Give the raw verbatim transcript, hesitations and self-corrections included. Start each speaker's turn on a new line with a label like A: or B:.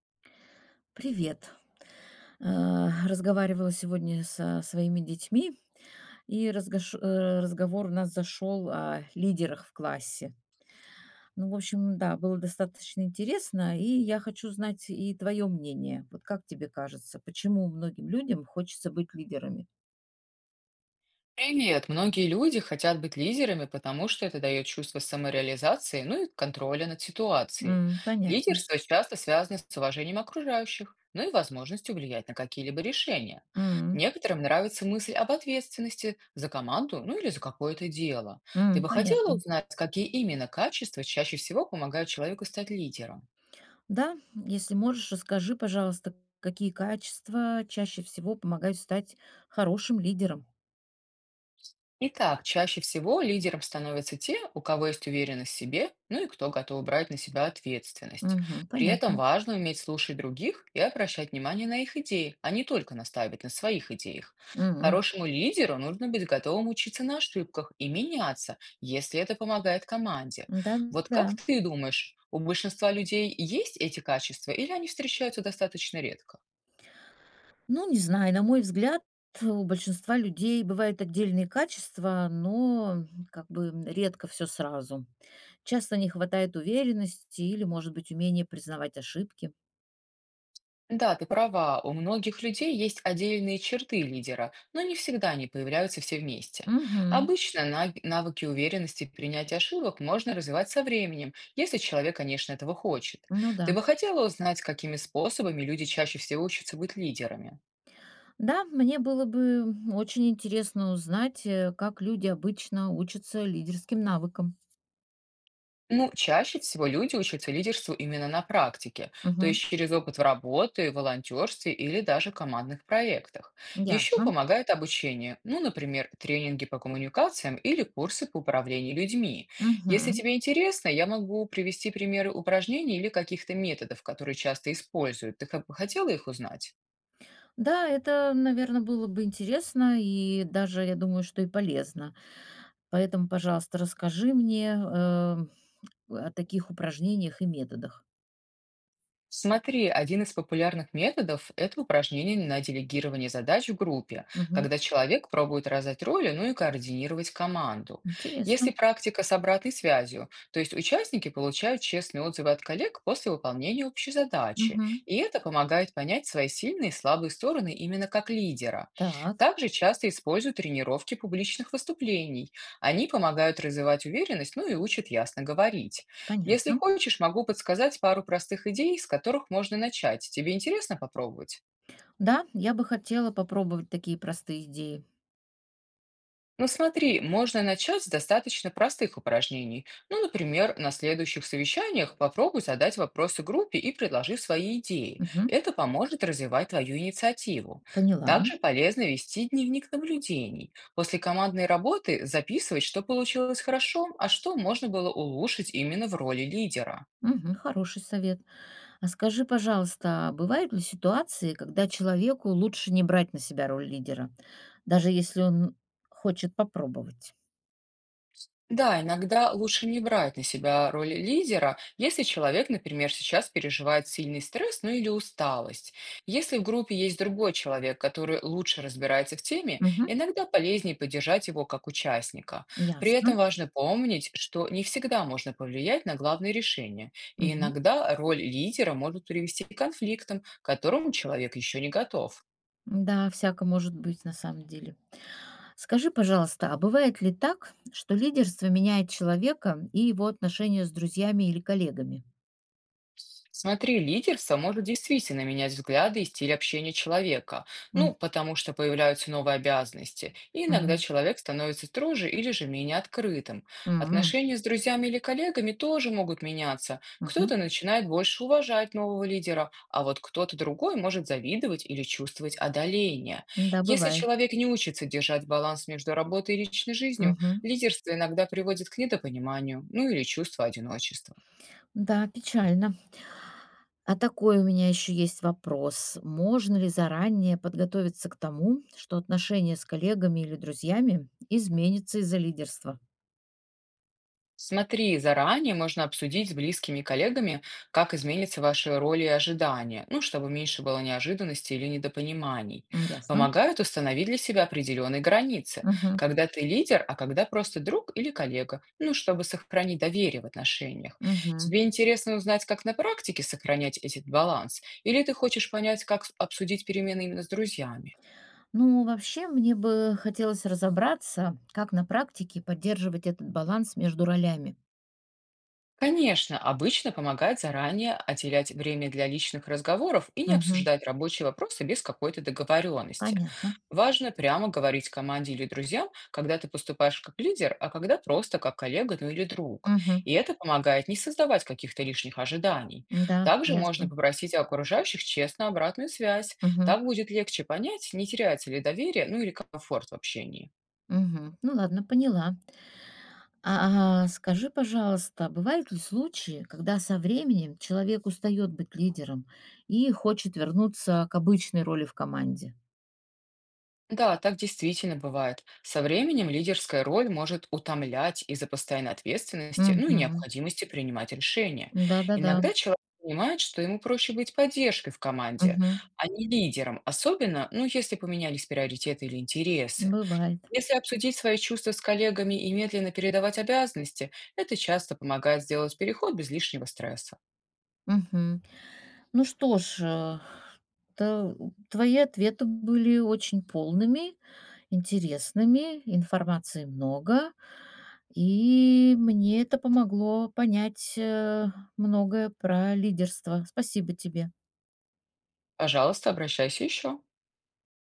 A: Привет. Э, Разговаривала сегодня со своими детьми, и разгош- э, разговор у нас зашел о лидерах в классе. Ну, в общем, да, было достаточно интересно, и я хочу знать и твое мнение. Вот как тебе кажется, почему многим людям хочется быть лидерами?
B: Привет! Многие люди хотят быть лидерами, потому что это дает чувство самореализации, ну и контроля над ситуацией.
A: М, понятно.
B: Лидерство часто связано с уважением окружающих, ну и возможностью влиять на какие-либо решения.
A: М,
B: Некоторым нравится мысль об ответственности за команду, ну или за какое-то дело. Ты
A: м,
B: бы хотела
A: Понятно.
B: узнать, какие именно качества чаще всего помогают человеку стать лидером?
A: Да, если можешь, расскажи, пожалуйста, какие качества чаще всего помогают стать хорошим лидером.
B: Итак, чаще всего лидером становятся те, у кого есть уверенность в себе, ну и кто готов брать на себя ответственность.
A: Мгм,
B: При этом
A: понятно.
B: важно уметь слушать других и обращать внимание на их идеи, а не только настаивать на своих идеях.
A: М,
B: Хорошему лидеру нужно быть готовым учиться на ошибках и меняться, если это помогает команде. Вот
A: Да-да.
B: как ты думаешь, у большинства людей есть эти качества или они встречаются достаточно редко?
A: Ну, не знаю, на мой взгляд, у большинства людей бывают отдельные качества, но как бы редко все сразу. Часто не хватает уверенности или, может быть, умения признавать ошибки.
B: Да, ты права, у многих людей есть отдельные черты лидера, но не всегда они появляются все вместе.
A: Угу.
B: Обычно на- навыки уверенности и принятия ошибок можно развивать со временем, если человек, конечно, этого хочет.
A: Ну да.
B: Ты бы хотела узнать, какими способами люди чаще всего учатся быть лидерами?
A: Да, мне было бы очень интересно узнать, э, как люди обычно учатся лидерским навыкам.
B: Ну, чаще всего люди учатся лидерству именно на практике, то
A: Мгм.
B: есть через опыт в работе, волонтерстве или даже командных проектах. Еще
A: Ясно.
B: помогает обучение, ну, например, тренинги по коммуникациям или курсы по управлению людьми. Если
A: Мгм.
B: тебе интересно, я могу привести примеры упражнений или каких-то методов, которые часто используют. Ты хо- хотела их узнать?
A: Да, это, наверное, было бы интересно и даже, я думаю, что и полезно. Поэтому, пожалуйста, расскажи мне, э, о таких упражнениях и методах.
B: Смотри, один из популярных методов– это упражнение на делегирование задач в группе,
A: Мгм.
B: когда человек пробует раздать роли, ну и координировать команду. Если
A: Интересно.
B: практика с обратной связью, то есть участники получают честные отзывы от коллег после выполнения общей задачи,
A: Мгм.
B: и это помогает понять свои сильные и слабые стороны именно как лидера.
A: Так,
B: Также часто используют тренировки публичных выступлений. Они помогают развивать уверенность, ну и учат ясно говорить. Если
A: понятно.
B: хочешь, могу подсказать пару простых идей, с которых можно начать. Тебе интересно попробовать?
A: Да, я бы хотела попробовать такие простые идеи.
B: Ну смотри, можно начать с достаточно простых упражнений. Ну, например, на следующих совещаниях попробуй задать вопросы группе и предложи свои идеи.
A: Мгм.
B: Это поможет развивать твою инициативу.
A: Поняла.
B: Также полезно вести дневник наблюдений. После командной работы записывать, что получилось хорошо, а что можно было улучшить именно в роли лидера.
A: Мгм. Хороший совет. А скажи, пожалуйста, а бывают ли ситуации, когда человеку лучше не брать на себя роль лидера, даже если он хочет попробовать?
B: Да, иногда лучше не брать на себя роль лидера, если человек, например, сейчас переживает сильный стресс, ну или усталость. Если в группе есть другой человек, который лучше разбирается в теме,
A: Мгм.
B: иногда полезнее поддержать его как участника. При этом
A: Ясно.
B: важно помнить, что не всегда можно повлиять на главное решение. И
A: Мгм.
B: иногда роль лидера может привести к конфликтам, к которым человек еще не готов.
A: Да, всяко может быть на самом деле. Скажи, пожалуйста, а бывает ли так, что лидерство меняет человека и его отношения с друзьями или коллегами?
B: Смотри, лидерство может действительно менять взгляды и стиль общения человека, ну,
A: М,
B: потому что появляются новые обязанности, и иногда
A: мгм.
B: человек становится строже или же менее открытым.
A: М,
B: Отношения с друзьями или коллегами тоже могут меняться.
A: мгм.
B: Кто-то начинает больше уважать нового лидера, а вот кто-то другой может завидовать или чувствовать одоление.
A: Да,
B: Если
A: бывает.
B: человек не учится держать баланс между работой и личной жизнью,
A: Мгм.
B: лидерство иногда приводит к недопониманию, ну или чувству одиночества.
A: Да, печально. А такой у меня еще есть вопрос. Можно ли заранее подготовиться к тому, что отношения с коллегами или друзьями изменятся из-за лидерства?
B: Смотри, заранее можно обсудить с близкими коллегами, как изменятся ваши роли и ожидания, ну, чтобы меньше было неожиданностей или недопониманий.
A: М, ясно.
B: Помогают установить для себя определенные границы,
A: Мгм.
B: когда ты лидер, а когда просто друг или коллега, ну, чтобы сохранить доверие в отношениях.
A: Мгм.
B: Тебе интересно узнать, как на практике сохранять этот баланс, или ты хочешь понять, как обсудить перемены именно с друзьями?
A: Ну, вообще, мне бы хотелось разобраться, как на практике поддерживать этот баланс между ролями.
B: Конечно, обычно помогает заранее отделять время для личных разговоров и не
A: Мгм.
B: обсуждать рабочие вопросы без какой-то договоренности.
A: Понятно.
B: Важно прямо говорить команде или друзьям, когда ты поступаешь как лидер, а когда просто как коллега, ну или друг.
A: Мгм.
B: И это помогает не создавать каких-то лишних ожиданий.
A: Да,
B: Также можно
A: ясно.
B: попросить окружающих честно обратную связь.
A: Мгм.
B: Так будет легче понять, не теряется ли доверие, ну или комфорт в общении.
A: Мгм. Ну ладно, поняла. А, а, скажи, пожалуйста, бывают ли случаи, когда со временем человек устает быть лидером и хочет вернуться к обычной роли в команде?
B: Да, так действительно бывает. Со временем лидерская роль может утомлять из-за постоянной ответственности, ну и
A: Мгм.
B: необходимости принимать решения.
A: Да-да-да.
B: Иногда человек понимает, что ему проще быть поддержкой в команде,
A: Мгм.
B: а не лидером, особенно, ну, если поменялись приоритеты или интересы.
A: Бывает.
B: Если обсудить свои чувства с коллегами и медленно передавать обязанности, это часто помогает сделать переход без лишнего стресса.
A: Мгм. Ну что ж, э, то твои ответы были очень полными, интересными, информации много, и мне это помогло понять э, многое про лидерство. Спасибо тебе.
B: Пожалуйста, обращайся еще.